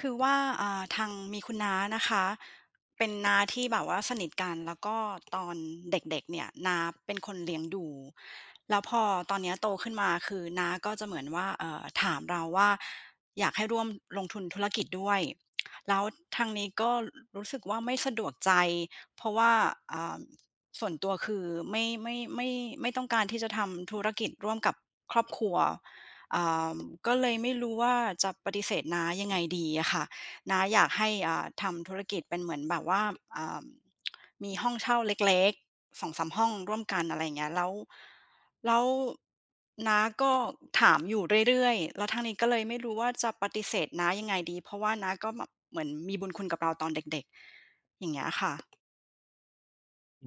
คือว่าทางมีคุณน้านะคะเป็นน้าที่แบบว่าสนิทกันแล้วก็ตอนเด็กๆเนี่ยน้าเป็นคนเลี้ยงดูแล้วพอตอนเนี้ยโตขึ้นมาคือน้าก็จะเหมือนว่าถามเราว่าอยากให้ร่วมลงทุนธุรกิจด้วยแล้วทางนี้ก็รู้สึกว่าไม่สะดวกใจเพราะว่าอ่าส่วนตัวคือไม่ไม่ไม่ไม่ต้องการที่จะทำธุรกิจร่วมกับครอบครัว อ่าก็เลยไม่รู้ว่าจะปฏิเสธน้ายังไงดีอะค่ะน้าอยากให้ทำธุรกิจเป็นเหมือนแบบว่าอ่ามีห้องเช่าเล็กๆ2-3ห้องร่วมกันอะไรอย่างเงี้ยแล้วน้าก็ถามอยู่เรื่อยๆแล้วทางนี้ก็เลยไม่รู้ว่าจะปฏิเสธน้ายังไงดีเพราะว่าน้าก็แบบเหมือนมีบุญคุณกับเราตอนเด็กๆอย่างเงี้ยค่ะอื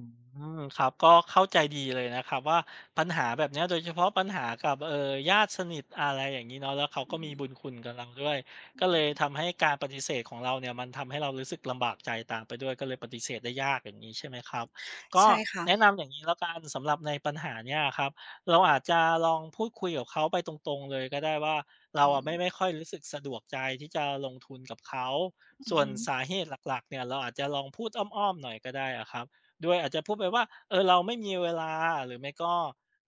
มครับก็เข้าใจดีเลยนะครับว่าปัญหาแบบเนี้ยโดยเฉพาะปัญหากับญาติสนิทอะไรอย่างนี้เนาะแล้วเขาอืก็มีมบุญคุณกับเราด้วยอืก็เลยมทำให้การปฏิเสธของเราเนี่ยมันทำให้เรารู้สึกลำบากใจตามไปด้วยก็เลยปฏิเสธได้ยากอย่างนี้ใช่ไหมครับก็ใช่แนะค่ะนำอย่างงี้แล้วกันสำหรับในปัญหาเนี่ยครับเราอาจจะลองพูดคุยกับเขาไปตรงๆเลยก็ได้ว่าเราอะไม่ค่อยรู้สึกสะดวกใจที่จะลงทุนกับเขาอืส่วนอสาเหตุหลักๆเนี่ยเราอาจจะลองพูดอ้อมๆหน่อยก็ได้อะครับ ด้วยอาจจะพูดไปว่าเออเราไม่มีเวลาหรือไม่ก็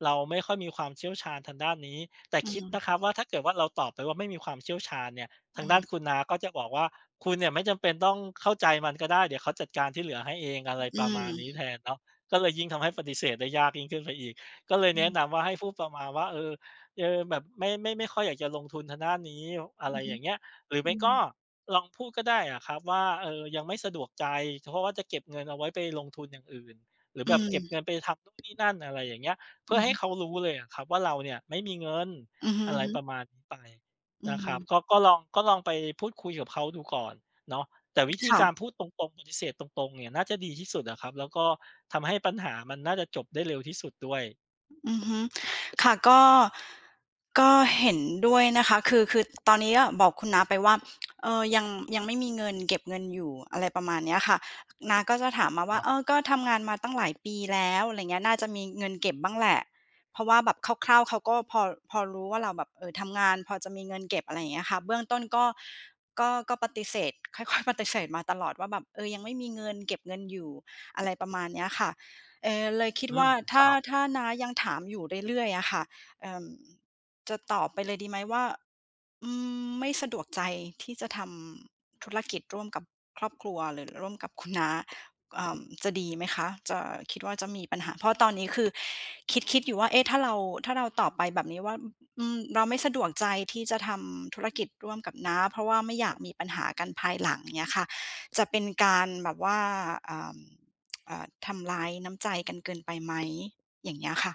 เราไม่ค่อยมีความเชี่ยวชาญทางด้านนี้แต่อืคิดนะมครับว่าถ้าเกิดว่าเราตอบไปว่าไม่มีความเชี่ยวชาญเนี่ยทางด้านคุณน้าก็จะบอกว่าคุณเนี่ยไม่จำเป็นต้องเข้าใจมันก็ได้เดี๋ยวเขาจัดการที่เหลือให้เองอะไรอืประมาณมนี้แทนเนาะก็เลยยิ่งทำให้ปฏิเสธได้ยากยิ่งขึ้นไปอีกก็เลยอืแนะนำมว่าให้พูดประมาณว่าเออแบบไม่ค่อยอยากจะลงทุนทางด้านนี้อะไรอืออย่างเงี้ยหรืออืไม่มก็ ลองพูดก็ได้อะครับว่าเออยังไม่สะดวกใจเพราะว่าจะเก็บเงินเอาไว้ไปลงทุนอย่างอื่นหรืออืแบบเก็บมเงินไปทำนู่นนี่นั่นอะไรอย่างเงี้ยอืเพื่ออให้เขารู้เลยอะครับว่าเราเนี่ยไม่มีเงินอืมออะไรม ประมาณนี้ไปอืนะคมรับก็ลองลองไปพูดคุยกับเขาดูก่อนเนาะแต่วิธีค่ะการพูดตรงๆปฏิเสธตรงๆเนี่ยน่าจะดีที่สุดอะครับแล้วก็ทำให้ปัญหามันน่าจะจบได้เร็วที่สุดด้วยอือฮึค่ะก็เห็นด้วยนะคะ คือตอนนี้อะบอกคุณน้าไปว่าเออยังไม่มีเงินเก็บเงินอยู่อะไรประมาณเนี้ยค่ะน้าก็จะถามมาคว่ารัเออบก็ทำงานมาตั้งหลายปีแล้ว อะไรเงี้ยน่าจะมีเงินเก็บบ้างแหละเพราะว่าแบบคร่าวๆเขาก็พอรู้ว่าเราแบบเออทำงานพอจะมีเงินเก็บอะไรอย่างเงี้ยค่ะเบื้องต้นก็ปฏิเสธค่อยๆปฏิเสธมาตลอดว่าแบบเออยังไม่มีเงินเก็บเงินอยู่อะไรประมาณเนี้ยค่ะ เลยคิดอืมว่าครัถ้าบ ถ้าน้ายังถามอยู่เรื่อยๆอะค่ะเอ่อจะตอบไปเลยดีไหมว่าอืมไม่สะดวกใจที่จะทำธุรกิจร่วมกับครอบครัวหรือร่วมกับคุณน้าอ่าจะดีไหมคะจะคิดว่าจะมีปัญหาเพราะตอนนี้คือคิดๆอยู่ว่าเอ๊ะถ้าเราตอบไปแบบนี้ว่าอืมเราไม่สะดวกใจที่จะทำธุรกิจร่วมกับน้าเพราะว่าไม่อยากมีปัญหากันภายหลังเงี้ยค่ะจะเป็นการแบบว่าอ่า อ่าทำร้ายน้ำใจกันเกินไปไหมอย่างเงี้ยค่ะ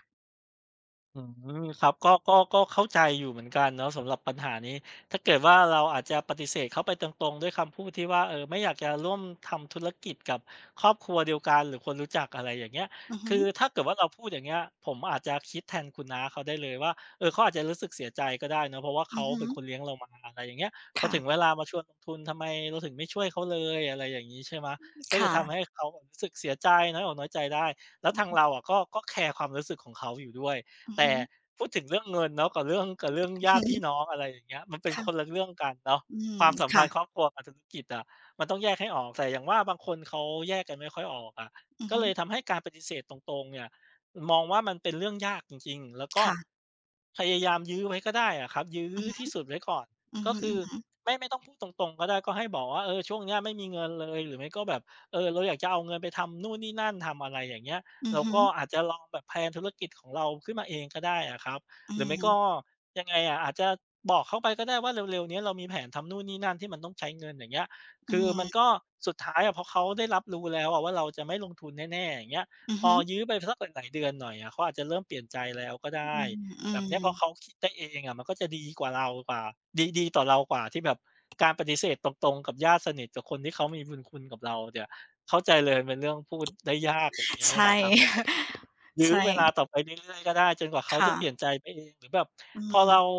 อืมครับก็เข้าใจอยู่เหมือนกันเนาะสำหรับปัญหานี้ถ้าเกิดว่าเราอาจจะปฏิเสธเขาไปตรงๆด้วยคำพูดที่ว่าเออไม่อยากจะร่วมทำธุรกิจกับครอบครัวเดียวกันหรือคนรู้จักอะไรอย่างเงี้ยอือฮึคือถ้าเกิดว่าเราพูดอย่างเงี้ยผมอาจจะคิดแทนคุณน้าเขาได้เลยว่าเออเขาอาจจะรู้สึกเสียใจก็ได้เนาะเพราะว่าอืเขาอฮึเป็นคนเลี้ยงเรามาอะไรอย่างเงี้ยพอค่ะถึงเวลามาชวนลงทุนทำไมเราถึงไม่ช่วยเขาเลยอะไรอย่างงี้ใช่ไหมก็จะทำให้ค่ะเขาแบบรู้สึกเสียใจน้อยอกน้อยใจได้แล้วอือทางฮึเราอะก็แคร์ความรู้สึกของเขาอยู่ด้วย อือแต่ฮึพูดถึงเรื่องเงินเนาะกับเรื่องอือญาติพี่ฮึน้องอะไรอย่างเงี้ยมันเป็นคนค่ะละเรื่องกันเนาะอืคมวามสัมพัค่ะนธ์ครอบครัวกับธุรกิจอะมันต้องแยกให้ออกแต่อย่างว่าบางคนเขาแยกกันไม่ค่อยออกอะอือก็ฮึเลยทำให้การปฏิเสธตรงๆเนี่ยมองว่ามันเป็นเรื่องยากจริงๆแล้วก็ค่ะพยายามยื้อไว้ก็ได้อะครับยื้ออือฮึที่สุดไว้ก่อนอืก็คืออฮึไม่ต้องพูดตรงๆก็ได้ก็ให้บอกว่าเออช่วงเนี้ยไม่มีเงินเลยหรือไม่ก็แบบเออเราอยากจะเอาเงินไปทำนู่นนี่นั่นทำอะไรอย่างเงี้ย อือเราฮึก็อาจจะลองแบบแพลนธุรกิจของเราขึ้นมาเองก็ได้อะครับอืหรือไม่ก็มยังไงอะอาจจะบอกเขาไปก็ได้ว่าเร็วๆเนี้ยเรามีแผนทำนู่นนี่นั่นที่มันต้องใช้เงินอย่างเงี้ยอืคือมันมก็สุดท้ายอะพอเขาได้รับรู้แล้วอะว่าเราจะไม่ลงทุนแน่ๆอย่างเงี้ยอือพอฮึยื้อไปสักหลายๆเดือนหน่อยอะเขาอาจจะเริ่มเปลี่ยนใจแล้วก็ได้อืมอืแบบมเนี้ยพอเขาคิดได้เองอะมันก็จะดีกว่าเรากว่าดีต่อเรากว่าที่แบบการปฏิเสธตรงๆกับญาติสนิทกับคนที่เขามีบุญคุณกับเราเนี่ย เข้าใจเลยเป็นเรื่องพูดได้ยากอย่างเงี้ยเนี่ยนใช่ หะครับก็จะ ยื้อใช่เวลาต่อไปเรื่อยๆก็ได้จนกว่าเขาจะค่ะเปลี่ยนใจไปเองหรือแบบอืพอเราม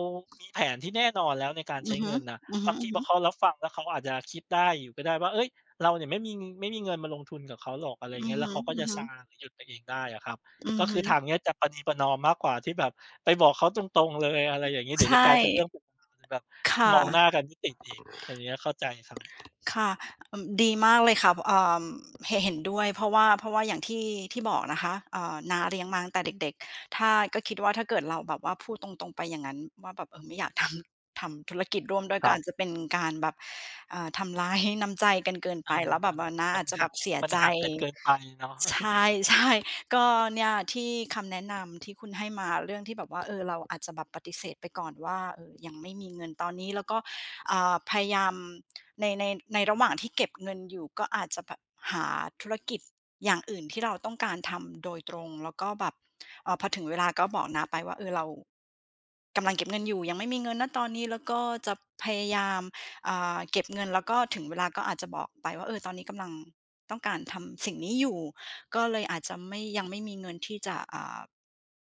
มีแผนที่แน่นอนแล้วในการอืใช้อฮึเงินน่ะอือฮึบางทีพอเขารับฟังแล้วเขาอาจจะคิดได้อยู่ก็ได้ว่าเฮ้ยเราเนี่ยไม่มีเงินมาลงทุนกับเขาหรอกอะไรอๆย่างอือเงี้ยแล้วฮึเขาก็จะๆซาอหรือหยุดไปเองได้อะครับือก็คืฮึอทางเนี้ยจะประนีประนอมมากกว่าที่แบบไปบอกเขาตรงๆเลยอะไรอย่างงี้เดี๋ยวจะใช่กลายเป็นเรื่องเป็นราวแบบมค่ะ องหน้ากันไม่ติดอีกอย่างเงี้ยเข้าใจครับค่ะอืมดีมากเลยค่ะเห็นด้วยเพราะว่าอย่างที่บอกนะคะน้าเลี้ยงมาตั้งแต่เด็กๆถ้าก็คิดว่าถ้าเกิดเราแบบว่าพูดตรงๆไปอย่างงั้นว่าแบบเออไม่อยาก ทำธุรกิจร่วมด้วยคก็รับ อาจจะเป็นการแบบทำร้ายน้ำใจกันเกินอาไปแล้วแบมับนว่าน้ามันอาจจะแบหักบเสียมันใจ หักกันเกินไปเนาะ ใช่ ใช่ก็เนี่ยที่คำแนะนำที่คุณให้มาเรื่องที่แบบว่าเออเราอาจจะแบบปฏิเสธไปก่อนว่าเออยังไม่มีเงินตอนนี้แล้วก็พยายามในในในระหว่างที่เก็บเงินอยู่ก็อาจจะแบบหาธุรกิจอย่างอื่นที่เราต้องการทำโดยตรงแล้วก็แบบพอถึงเวลาก็บอกน้าไปว่าเออเรากำลังเก็บเงินอยู่ยังไม่มีเงินณตอนนี้แล้วก็จะพยายามเก็บเงินแล้วก็ถึงเวลาก็อาจจะบอกไปว่าเออตอนนี้กำลังต้องการทำสิ่งนี้อยู่ ก็เลยอาจจะไม่ยังไม่มีเงินที่จะ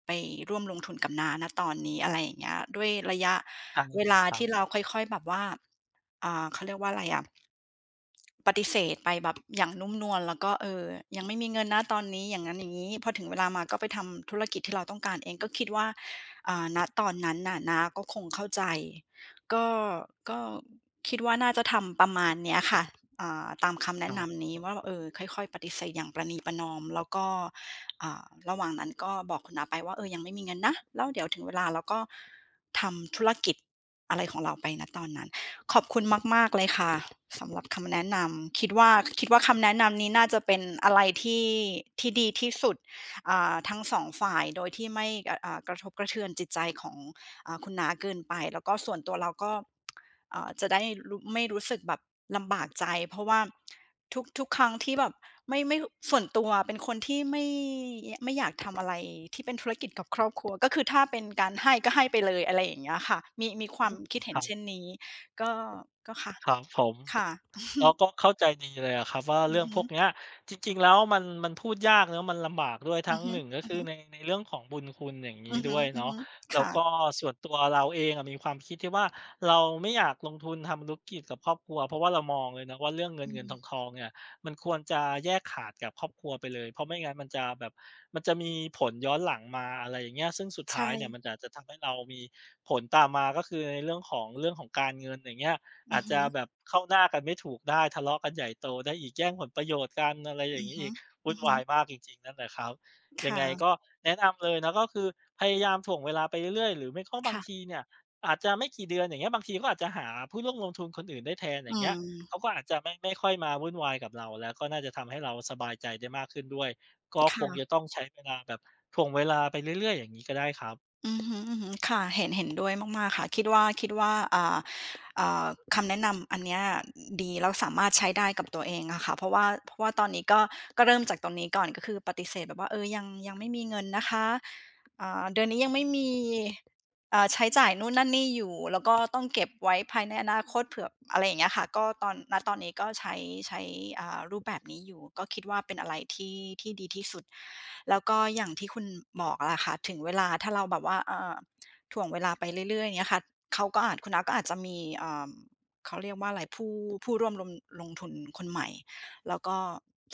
ไปร่วมลงทุนกับน้านะตอนนี้อะไรอย่างเงี้ยด้วยระยะใช่เวลาครับที่เราค่อยๆแบบว่าเขาเรียกว่าอะไรอ่ะ ปฏิเสธไปแบบอย่างนุ่มนวลแล้วก็เออยังไม่มีเงินนะตอนนี้อย่างงั้นอย่างงี้พอถึงเวลามาก็ไปทำธุรกิจที่เราต้องการเองก็คิดว่าณตอนนั้นน่ะน้าก็คงเข้าใจก็ก็คิดว่าน่าจะทำประมาณเนี้ยค่ะตามคำคแนะรับนำคนี้รัว่าบเออค่อยๆปฏิเสธอย่างประนีประนอมแล้วก็อ่าระหว่างนั้นก็บอกคุณน้าไปว่าเออยังไม่มีเงินนะแล้วเดี๋ยวถึงเวลาเราก็ทำธุรกิจอะไรของเราไปณตอนนั้น ขอบคุณมากๆเลยค่ะสำหรับคำแนะนำคิดว่าคำแนะนำนี้น่าจะเป็นอะไรที่ดีที่สุดทั้งสองฝ่ายโดยที่ไม่กกระทบกระเทือนจิตใจของคุณน้าเกินไปแล้วก็ส่วนตัวเราก็จะได้รู้ไม่รู้สึกแบบลำบากใจเพราะว่าทุกครั้งที่แบบไม่ไม่ส่วนตัวเป็นคนที่ไม่อยากทำอะไรที่เป็นธุรกิจกับครอบครัวก็คือถ้าเป็นการให้ก็ให้ไปเลยอะไรอย่างเงี้ยค่ะมีความคิดเห็คนรัเช่นบนี้ ก็ก็ค่ะครับขผอบม คุณค่ะเราก็เข้าใจดีเลยอะครับว่าอือเรื่องฮึพวกเนี้ยจริงๆแล้วมันพูดยากเนาะมันลำบากด้วยอืทั้องฮึหนึ่งก็อือคือฮึในเรื่องของบุญคุณอย่างอืงี้อฮึด้วยอือเนาะฮึแล้วค่ะก็ส่วนตัวเราเองอะมีความคิดที่ว่าเราไม่อยากลงทุนทำธุรกิจกับครอบครัวเพราะว่าเรามองเลยนะว่าเรื่องเงิอืนเงินทมองทองเนี่ยมันควรจะแยกขาดกับครอบครัวไปเลยเพราะไม่งั้นมันจะแบบมันจะมีผลย้อนหลังมาอะไรอย่างเงี้ยซึ่งสุดท้าใช่ยเนี่ยมันอาจจะทำให้เรามีผลตามมาก็คือในเรื่องของการเงินอย่างเงี้ย อือาอจฮึจะแบบเข้าหน้ากันไม่ถูกได้ทะเลาะกันใหญ่โตได้อีกแย่งผลประโยชน์กันอะไรอย่าอืงองี้อีฮึกอืวุ่นอฮึวายมากจริงๆนั่นแหละครับยังไงค่ะก็แนะนำเลยนะก็คือพยายามถ่วงเวลาไปเรื่อยๆหรือไม่ก็บางค่ะทีเนี่ยอาจจะไม่กี่เดือนอย่างเงี้ยบางทีก็อาจจะหาผู้ร่วมลงทุนคนอื่นได้แทนอย่างอืเงี้ยเขามก็อาจจะไม่ค่อยมาวุ่นวายกับเราแล้วก็น่าจะทำให้เราสบายใจได้มากขึ้นด้วยก็คค่ะงจะต้องใช้เวลาแบบถ่วงเวลาไปเรื่อยๆอย่างงี้ก็ได้ครับอือฮึอือฮึค่ะเห็นด้วยมากๆค่ะคิดว่าอ่าคำแนะนำอันเนี้ยดีแล้วสามารถใช้ได้กับตัวเองอะค่ะเพราะว่าตอนนี้ก็ก็เริ่มจากตรงนี้ก่อนก็คือปฏิเสธแบบว่าเออยังไม่มีเงินนะคะเดือนนี้ยังไม่มี ใช้จ่ายนู่นนั่นนี่อยู่แล้วก็ต้องเก็บไว้ภายในอนาคตเผื่ออะไรอย่างเงี้ยค่ะก็ตอนณตอนนี้ก็ใช้รูปแบบนี้อยู่ก็คิดว่าเป็นอะไรที่ดีที่สุดแล้วก็อย่างที่คุณบอกอะค่ะถึงเวลาถ้าเราแบบว่าถ่วงเวลาไปเรื่อยๆอย่างเงี้ยค่ะเขาก็อาจคุณน้าก็อาจจะมีเขาเรียกว่าอะไรผู้ร่วมลงทุนคนใหม่แล้วก็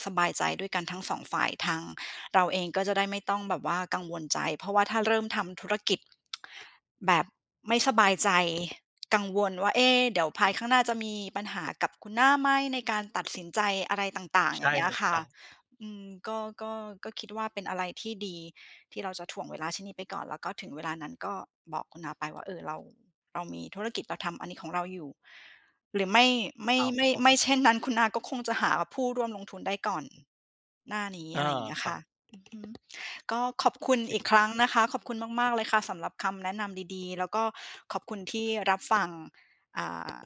สบายใจด้วยกันทั้งสองฝ่ายทางเราเองก็จะได้ไม่ต้องแบบว่ากังวลใจเพราะว่าถ้าเริ่มทำธุรกิจ แบบไม่สบายใจกังวลว่าเอ๊ะเดี๋ยวภายข้างหน้าจะมีปัญหากับคุณหน้าไหมในการตัดสินใจอะไรต่างๆอใช่ย่างเงี้เลยยคค่ะรับอืมก็คิดว่าเป็นอะไรที่ดีที่เราจะถ่วงเวลาชิ้นนี้ไปก่อนแล้วก็ถึงเวลานั้นก็บอกคุณอาไปว่าเออเรามีธุรกิจเราทำอันนี้ของเราอยู่หรือครับผมไม่เช่นนั้นคุณอาก็คงจะหาผู้ร่วมลงทุนได้ก่อนหน้านี้เอออะไรอย่างเงี้ยครับค่ะอือฮึ ก็ขอบคุโอณเคอีกคครับ รั้งนะคะขอบคุณมากๆเลยค่ะสำหรับคำแนะนำดีๆแล้วก็ขอบคุณที่รับฟังอ่า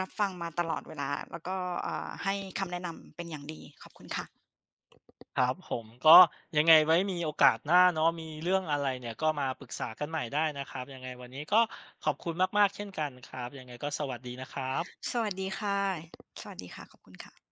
รับฟังมาตลอดเวลาแล้วก็ให้คำแนะนำเป็นอย่างดีขอบคุณค่ะครับผมก็ยังไงไว้มีโอกาสหน้าเนาะมีเรื่องอะไรเนี่ยก็มาปรึกษากันใหม่ได้นะครับยังไงวันนี้ก็ขอบคุณมากๆเช่นกันครับยังไงก็สวัสดีนะครับสวัสดีค่ะสวัสดีค่ะขอบคุณค่ะ